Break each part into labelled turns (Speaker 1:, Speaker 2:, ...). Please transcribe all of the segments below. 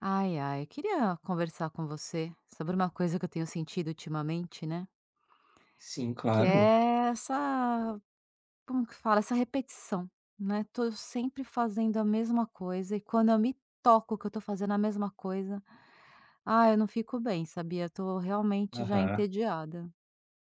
Speaker 1: Ai, ai, eu queria conversar com você sobre uma coisa que eu tenho sentido ultimamente, né?
Speaker 2: Sim,
Speaker 1: Que
Speaker 2: claro.
Speaker 1: é essa, como que fala? Essa repetição, né? Tô sempre fazendo a mesma coisa e quando eu me toco que eu tô fazendo a mesma coisa, ah, eu não fico bem, sabia? Eu tô realmente já
Speaker 2: Aham.
Speaker 1: entediada.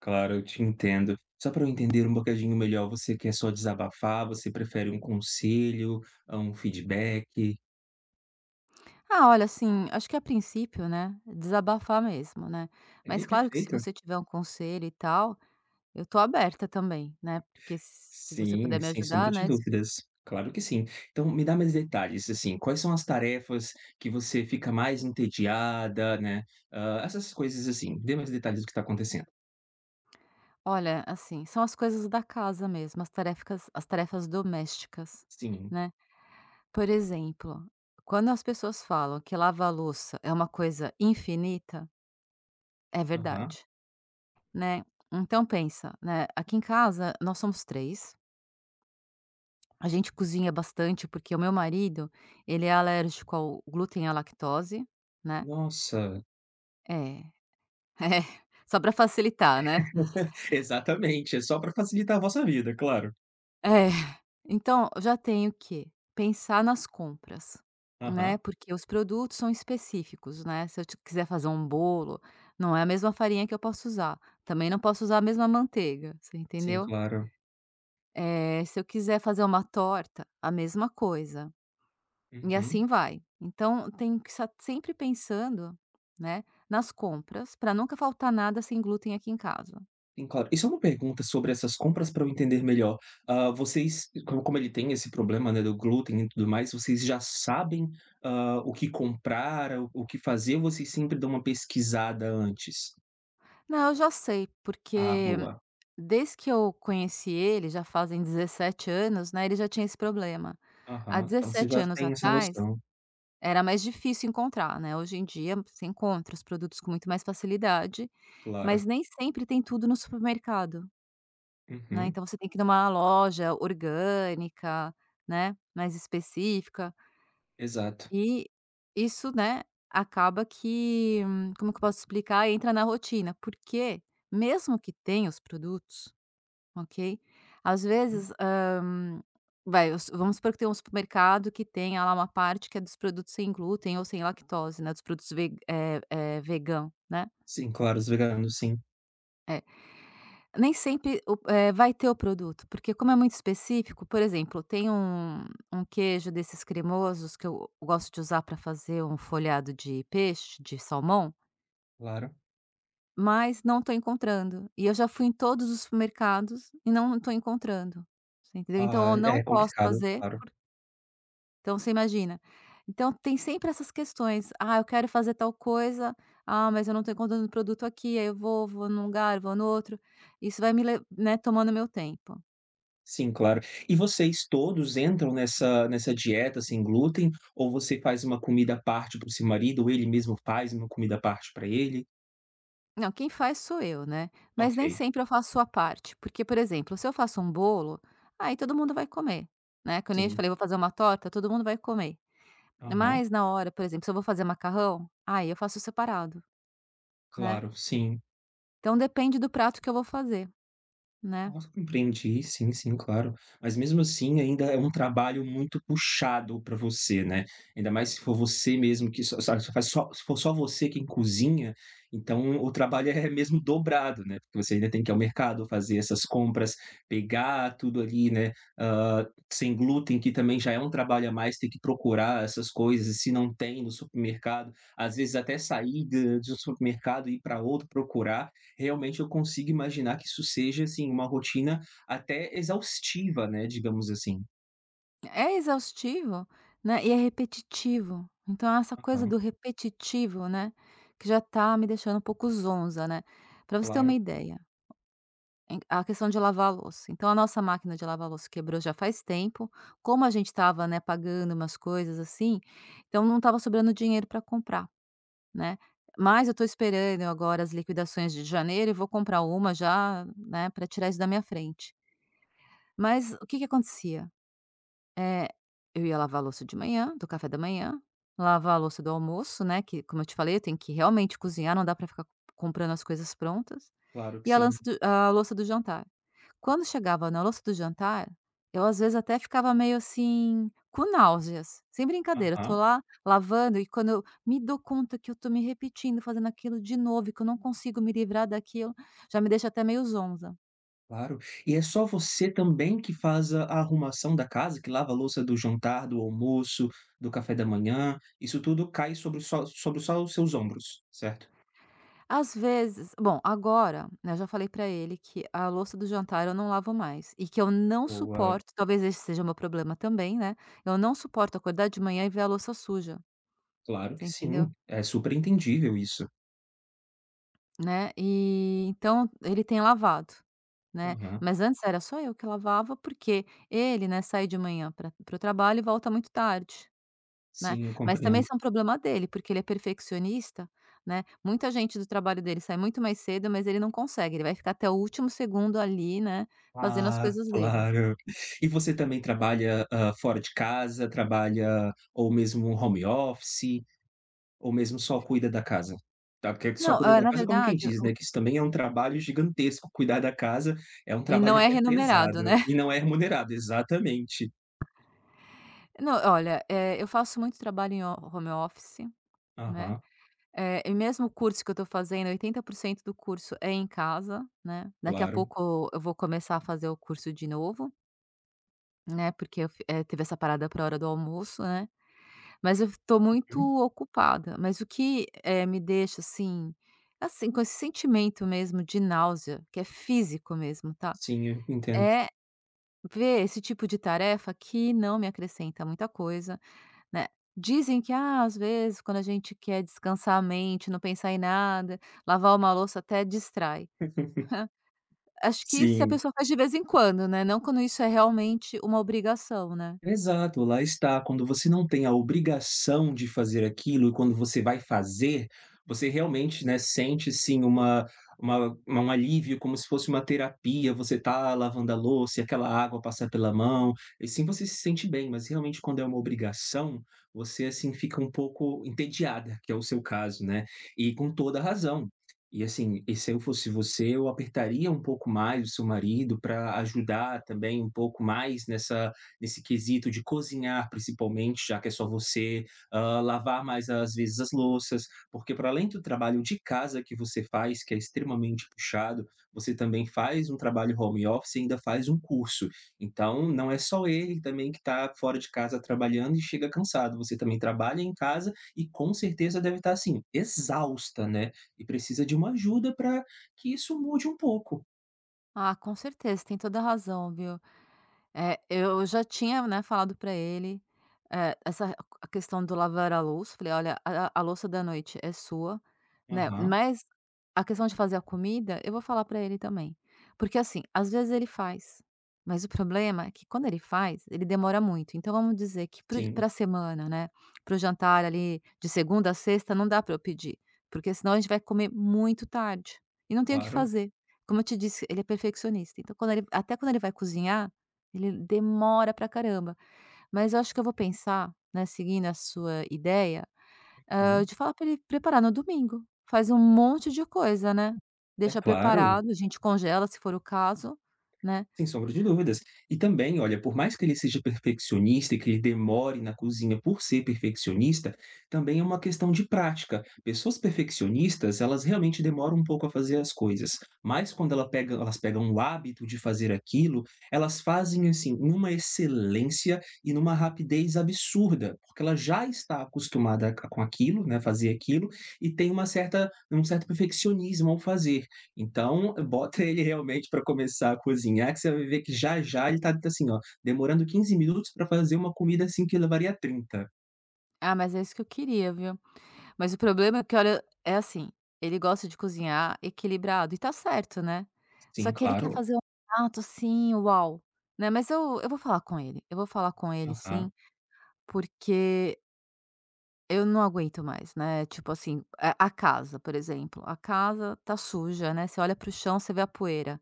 Speaker 2: Claro, eu te entendo. Só para eu entender um bocadinho melhor, você quer só desabafar? Você prefere um conselho, a um feedback?
Speaker 1: Ah, olha, assim, acho que a princípio, né? Desabafar mesmo, né?
Speaker 2: Ei,
Speaker 1: Mas claro que se
Speaker 2: perfeito.
Speaker 1: você tiver um conselho e tal, eu tô aberta também, né? Porque se você
Speaker 2: Sim,
Speaker 1: puder me
Speaker 2: sem sombra
Speaker 1: ajudar,
Speaker 2: de
Speaker 1: né?
Speaker 2: dúvidas. Claro que sim. Então me dá mais detalhes, assim, quais são as tarefas que você fica mais entediada, né, ah essas coisas assim. Dê mais detalhes do que está acontecendo.
Speaker 1: Olha, assim, são as coisas da casa mesmo, as tarefas domésticas,
Speaker 2: Sim.
Speaker 1: né. Por exemplo, quando as pessoas falam que lavar a louça é uma coisa infinita, é
Speaker 2: Aham.
Speaker 1: verdade, né. Então pensa, né, aqui em casa nós somos 3, a gente cozinha bastante, porque o meu marido, ele é alérgico ao glúten e à lactose, né.
Speaker 2: Nossa.
Speaker 1: É, é, só para facilitar, né.
Speaker 2: Exatamente, é só para facilitar a vossa vida, claro.
Speaker 1: É, então já tenho que pensar nas compras, né,
Speaker 2: Aham.
Speaker 1: porque os produtos são específicos, né, se eu ti quiser fazer um bolo, não é a mesma farinha que eu posso usar, também não posso usar a mesma manteiga, você
Speaker 2: Sim,
Speaker 1: entendeu?
Speaker 2: claro.
Speaker 1: Se eu quiser fazer uma torta, a mesma coisa, e assim
Speaker 2: Uhum.
Speaker 1: vai. Então tenho que estar sempre pensando, né, nas compras, para nunca faltar nada sem glúten aqui em casa.
Speaker 2: Sim, claro. E só uma pergunta sobre essas compras para eu entender melhor. Ah, vocês, como ele tem esse problema, né, do glúten e tudo mais, vocês já sabem, o que comprar, o que fazer ou vocês sempre dão uma pesquisada antes?
Speaker 1: Não, eu já sei,
Speaker 2: Ah,
Speaker 1: porque
Speaker 2: boa.
Speaker 1: desde que eu conheci ele, já fazem 17 anos, né, ele já tinha esse problema. Há
Speaker 2: Aham. Então você
Speaker 1: 17
Speaker 2: já
Speaker 1: anos
Speaker 2: tem essa
Speaker 1: atrás,
Speaker 2: noção.
Speaker 1: era mais difícil encontrar, né, hoje em dia você encontra os produtos com muito mais facilidade,
Speaker 2: Claro.
Speaker 1: mas nem sempre tem tudo no supermercado, né,
Speaker 2: Uhum.
Speaker 1: então você tem que ir numa loja orgânica, né, mais específica,
Speaker 2: Exato.
Speaker 1: e isso, né, acaba que como que eu posso explicar? Entra na rotina, porque mesmo que tenha os produtos, ok? Às vezes, vai, os vamos supor que tem um supermercado que tenha lá uma parte que é dos produtos sem glúten ou sem lactose, né, dos produtos vegan, né.
Speaker 2: Sim, claro, os veganos, sim.
Speaker 1: É, nem sempre vai ter o produto, porque como é muito específico, por exemplo, tem um queijo desses cremosos que eu gosto de usar para fazer um folhado de peixe, de salmão,
Speaker 2: Claro.
Speaker 1: mas não estou encontrando. E eu já fui em todos os supermercados e não estou encontrando, você entendeu? Então
Speaker 2: Ah,
Speaker 1: eu
Speaker 2: é
Speaker 1: não posso
Speaker 2: complicado,
Speaker 1: fazer.
Speaker 2: claro.
Speaker 1: Então você imagina. Então tem sempre essas questões: "Ah, eu quero fazer tal coisa. Ah, mas eu não tô encontrando o produto aqui". Aí eu vou num lugar, vou no outro. Isso vai me le né, tomando meu tempo.
Speaker 2: Sim, claro. E vocês todos entram nessa dieta sem glúten, ou você faz uma comida à parte para o seu marido, ou ele mesmo faz uma comida à parte para ele?
Speaker 1: Não, quem faz sou eu, né, mas nem
Speaker 2: Ok,
Speaker 1: sempre eu faço a parte, porque, por exemplo, se eu faço um bolo, aí todo mundo vai comer, né, que nem eu te
Speaker 2: sim.
Speaker 1: falei, vou fazer uma torta, todo mundo vai comer.
Speaker 2: Aham,
Speaker 1: Mas na hora, por exemplo, se eu vou fazer macarrão, aí eu faço separado, né.
Speaker 2: claro, sim.
Speaker 1: Então depende do prato que eu vou fazer, né.
Speaker 2: Nossa, compreendi. Sim, sim, claro. Mas mesmo assim ainda é um trabalho muito puxado para você, né. Ainda mais se for você mesmo que só sabe, só faz só se for só você quem cozinha, então o trabalho é mesmo dobrado, né, porque você ainda tem que ir ao mercado, fazer essas compras, pegar tudo ali, né, hã, sem glúten, que também já é um trabalho a mais, tem que procurar essas coisas, e se não tem no supermercado, às vezes até sair da de um supermercado e ir para outro procurar, realmente eu consigo imaginar que isso seja, assim, uma rotina até exaustiva, né, digamos assim.
Speaker 1: É exaustivo, né, e é repetitivo. Então é essa coisa
Speaker 2: Aham,
Speaker 1: do repetitivo, né, que já tá me deixando um pouco zonza, né. Pra você ter uma
Speaker 2: claro,
Speaker 1: ideia, a questão de lavar a louça, então a nossa máquina de lavar louça quebrou já faz tempo, como a gente estava, né, pagando umas coisas assim, então não estava sobrando dinheiro para comprar, né. Mas eu tô esperando agora as liquidações de janeiro e vou comprar uma já, né, para tirar isso da minha frente. Mas o que que acontecia? É, eu ia lavar a louça de manhã, do café da manhã, lavar a louça do almoço, né, que como eu te falei, eu tenho que realmente cozinhar, não dá pra ficar comprando as coisas prontas,
Speaker 2: claro que
Speaker 1: e
Speaker 2: sim.
Speaker 1: a louça do jantar. Quando chegava na louça do jantar, eu às vezes até ficava meio assim, com náuseas, sem brincadeira, eu tô
Speaker 2: Aham,
Speaker 1: lá lavando e quando eu me dou conta que eu tô me repetindo, fazendo aquilo de novo e que eu não consigo me livrar daquilo, já me deixa até meio zonza.
Speaker 2: claro. E é só você também que faz a arrumação da casa, que lava a louça do jantar, do almoço, do café da manhã, isso tudo cai sobre só os seus ombros, certo?
Speaker 1: Às vezes bom, agora, né, eu já falei pra ele que a louça do jantar eu não lavo mais e que eu não
Speaker 2: Boa,
Speaker 1: suporto, talvez esse seja o meu problema também, né, eu não suporto acordar de manhã e ver a louça suja,
Speaker 2: claro
Speaker 1: você
Speaker 2: que
Speaker 1: entendeu?
Speaker 2: sim, é super entendível isso.
Speaker 1: Né, e então ele tem lavado, né,
Speaker 2: Aham,
Speaker 1: mas antes era só eu que lavava, porque ele, né, sai de manhã para o trabalho e volta muito tarde. Né,
Speaker 2: sim, eu
Speaker 1: mas também
Speaker 2: compreendo.
Speaker 1: isso é um problema dele, porque ele é perfeccionista, né, muita gente do trabalho dele sai muito mais cedo, mas ele não consegue, ele vai ficar até o último segundo ali, né, fazendo as
Speaker 2: Ah,
Speaker 1: coisas dele.
Speaker 2: claro. E você também trabalha, fora de casa? Trabalha ou mesmo home office? Ou mesmo só cuida da casa? Tá, porque só
Speaker 1: Não,
Speaker 2: cuida da
Speaker 1: na
Speaker 2: casa como quem
Speaker 1: verdade
Speaker 2: diz, né, que isso também é um trabalho gigantesco, cuidar da casa é um
Speaker 1: e
Speaker 2: trabalho
Speaker 1: não é
Speaker 2: até
Speaker 1: remunerado,
Speaker 2: pesado
Speaker 1: né.
Speaker 2: e não é remunerado. Exatamente.
Speaker 1: Não, olha, eu faço muito trabalho em ho home office, né,
Speaker 2: Aham,
Speaker 1: e mesmo o curso que eu estou fazendo, 80% do curso é em casa, né, daqui a
Speaker 2: claro.
Speaker 1: pouco eu vou começar a fazer o curso de novo, né, porque teve essa parada para a hora do almoço, né. Mas eu tô muito
Speaker 2: Uhum.
Speaker 1: ocupada, mas o que, me deixa, assim, com esse sentimento mesmo de náusea, que é físico mesmo, tá,
Speaker 2: Sim, eu entendo.
Speaker 1: é ver esse tipo de tarefa que não me acrescenta muita coisa, né. Dizem que, ah, às vezes, quando a gente quer descansar a mente, não pensar em nada, lavar uma louça até distrai. Acho que se a
Speaker 2: Sim.
Speaker 1: pessoa faz de vez em quando, né, não quando isso é realmente uma obrigação, né.
Speaker 2: Exato, lá está. Quando você não tem a obrigação de fazer aquilo e quando você vai fazer, você realmente, né, sente sim uma um alívio, como se fosse uma terapia. Você tá lavando a louça e aquela água passar pela mão, e sim você se sente bem, mas realmente quando é uma obrigação, você assim fica um pouco entediada, que é o seu caso, né, e com toda a razão. E assim, e se eu fosse você, eu apertaria um pouco mais o seu marido para ajudar também um pouco mais nessa nesse quesito de cozinhar, principalmente, já que é só você, lavar mais, às vezes, as louças, porque para além do trabalho de casa que você faz, que é extremamente puxado, você também faz um trabalho home office e ainda faz um curso. Então, não é só ele também que está fora de casa trabalhando e chega cansado, você também trabalha em casa e com certeza deve estar, assim, exausta, né, e precisa de uma ajuda para que isso mude um pouco.
Speaker 1: Ah, com certeza, tem toda a razão, viu. É, eu já tinha, né, falado pra ele, essa a questão do lavar a louça, falei: "Olha, a louça da noite é sua", né,
Speaker 2: Aham,
Speaker 1: mas a questão de fazer a comida, eu vou falar pra ele também. Porque, assim, às vezes ele faz, mas o problema é que quando ele faz, ele demora muito. Então vamos dizer que para o
Speaker 2: sim,
Speaker 1: a semana, né, para o jantar ali de segunda a sexta não dá pra eu pedir, porque senão a gente vai comer muito tarde, e não tem o que
Speaker 2: claro.
Speaker 1: fazer. Como eu te disse, ele é perfeccionista, então quando ele até quando ele vai cozinhar, ele demora pra caramba. Mas eu acho que eu vou pensar, né, seguindo a sua ideia,
Speaker 2: Hum,
Speaker 1: de falar pra ele preparar no domingo. Faz um monte de coisa, né.
Speaker 2: é
Speaker 1: Deixa
Speaker 2: claro.
Speaker 1: preparado, a gente congela se for o caso, né.
Speaker 2: Sem sombra de dúvidas. E também, olha, por mais que ele seja perfeccionista e que ele demore na cozinha por ser perfeccionista, também é uma questão de prática. Pessoas perfeccionistas, elas realmente demoram um pouco a fazer as coisas, mas quando ela pega, elas pegam o hábito de fazer aquilo, elas fazem assim numa excelência e numa rapidez absurda, porque ela já está acostumada com aquilo, né, fazer aquilo, e tem uma certa, um certo perfeccionismo ao fazer. Então, bota ele realmente para começar a cozinhar, que você vai ver que já ele tá, assim, ó, demorando 15 minutos para fazer uma comida, assim, que levaria 30.
Speaker 1: "Ah, mas é isso que eu queria, viu". Mas o problema é que olha, é assim, ele gosta de cozinhar equilibrado e tá certo, né. Só
Speaker 2: Sim,
Speaker 1: que ele quer
Speaker 2: claro.
Speaker 1: fazer um prato assim, uau, né. Mas eu vou falar com ele, eu vou falar com ele
Speaker 2: Aham,
Speaker 1: sim, porque eu não aguento mais, né, tipo assim, a casa, por exemplo, a casa tá suja, né, você olha para o chão, você vê a poeira.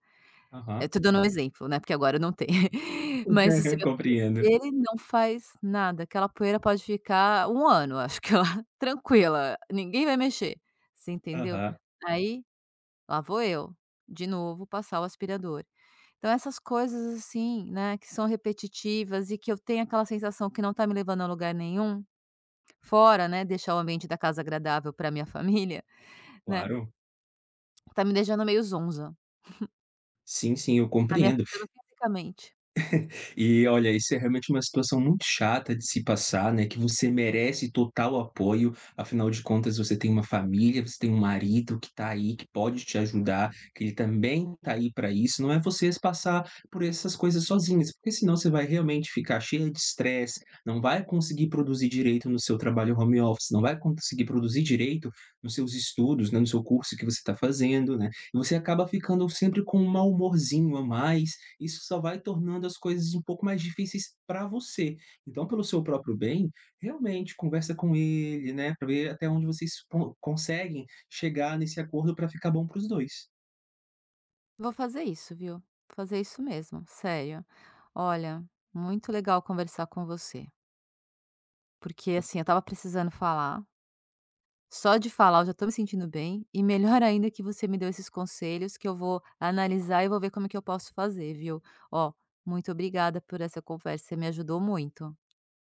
Speaker 1: Eu
Speaker 2: aham.
Speaker 1: tô dando um exemplo, né, porque agora não tem. Mas você vê a poeira.
Speaker 2: Compreendo.
Speaker 1: Ele não faz nada, aquela poeira pode ficar um ano, acho que lá, tranquila, ninguém vai mexer, você entendeu.
Speaker 2: Aham,
Speaker 1: Aí, lá vou eu, de novo, passar o aspirador. Então essas coisas assim, né, que são repetitivas e que eu tenho aquela sensação que não tá me levando a lugar nenhum. Fora, né, deixar o ambiente da casa agradável para minha família, né,
Speaker 2: claro.
Speaker 1: tá me deixando meio zonza,
Speaker 2: Sim, sim, eu
Speaker 1: tá me
Speaker 2: compreendo.
Speaker 1: afetando fisicamente.
Speaker 2: E olha, isso é realmente uma situação muito chata de se passar, né, que você merece total apoio, afinal de contas você tem uma família, você tem um marido que tá aí, que pode te ajudar, que ele também tá aí para isso, não é você passar por essas coisas sozinhas, porque senão você vai realmente ficar cheia de estresse, não vai conseguir produzir direito no seu trabalho home office, não vai conseguir produzir direito nos seus estudos, né, no seu curso que você está fazendo, né. E você acaba ficando sempre com um mau humorzinho a mais, isso só vai tornando as coisas um pouco mais difíceis para você. Então, pelo seu próprio bem, realmente conversa com ele, né, para ver até onde vocês conseguem chegar nesse acordo para ficar bom para os dois.
Speaker 1: Vou fazer isso, viu, vou fazer isso mesmo, sério. Olha, muito legal conversar com você, porque, assim, eu estava precisando falar, só de falar eu já tô me sentindo bem, e melhor ainda que você me deu esses conselhos que eu vou analisar e vou ver como que eu posso fazer, viu. Ó, muito obrigada por essa conversa, você me ajudou muito.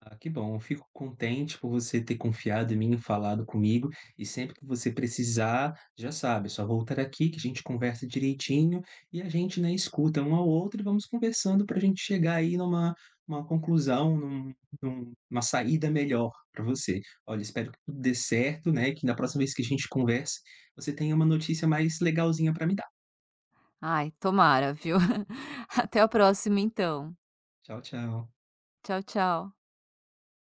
Speaker 2: Ah, que bom. Eu fico contente por você ter confiado em mim, falado comigo. E sempre que você precisar, já sabe, é só voltar aqui que a gente conversa direitinho e a gente, né, escuta um ao outro e vamos conversando para a gente chegar aí numa uma conclusão, uma saída melhor para você. Olha, espero que tudo dê certo, né? Que na próxima vez que a gente converse, você tenha uma notícia mais legalzinha para me dar.
Speaker 1: Ai, tomara, viu. Até a próxima então.
Speaker 2: Tchau, tchau.
Speaker 1: Tchau, tchau.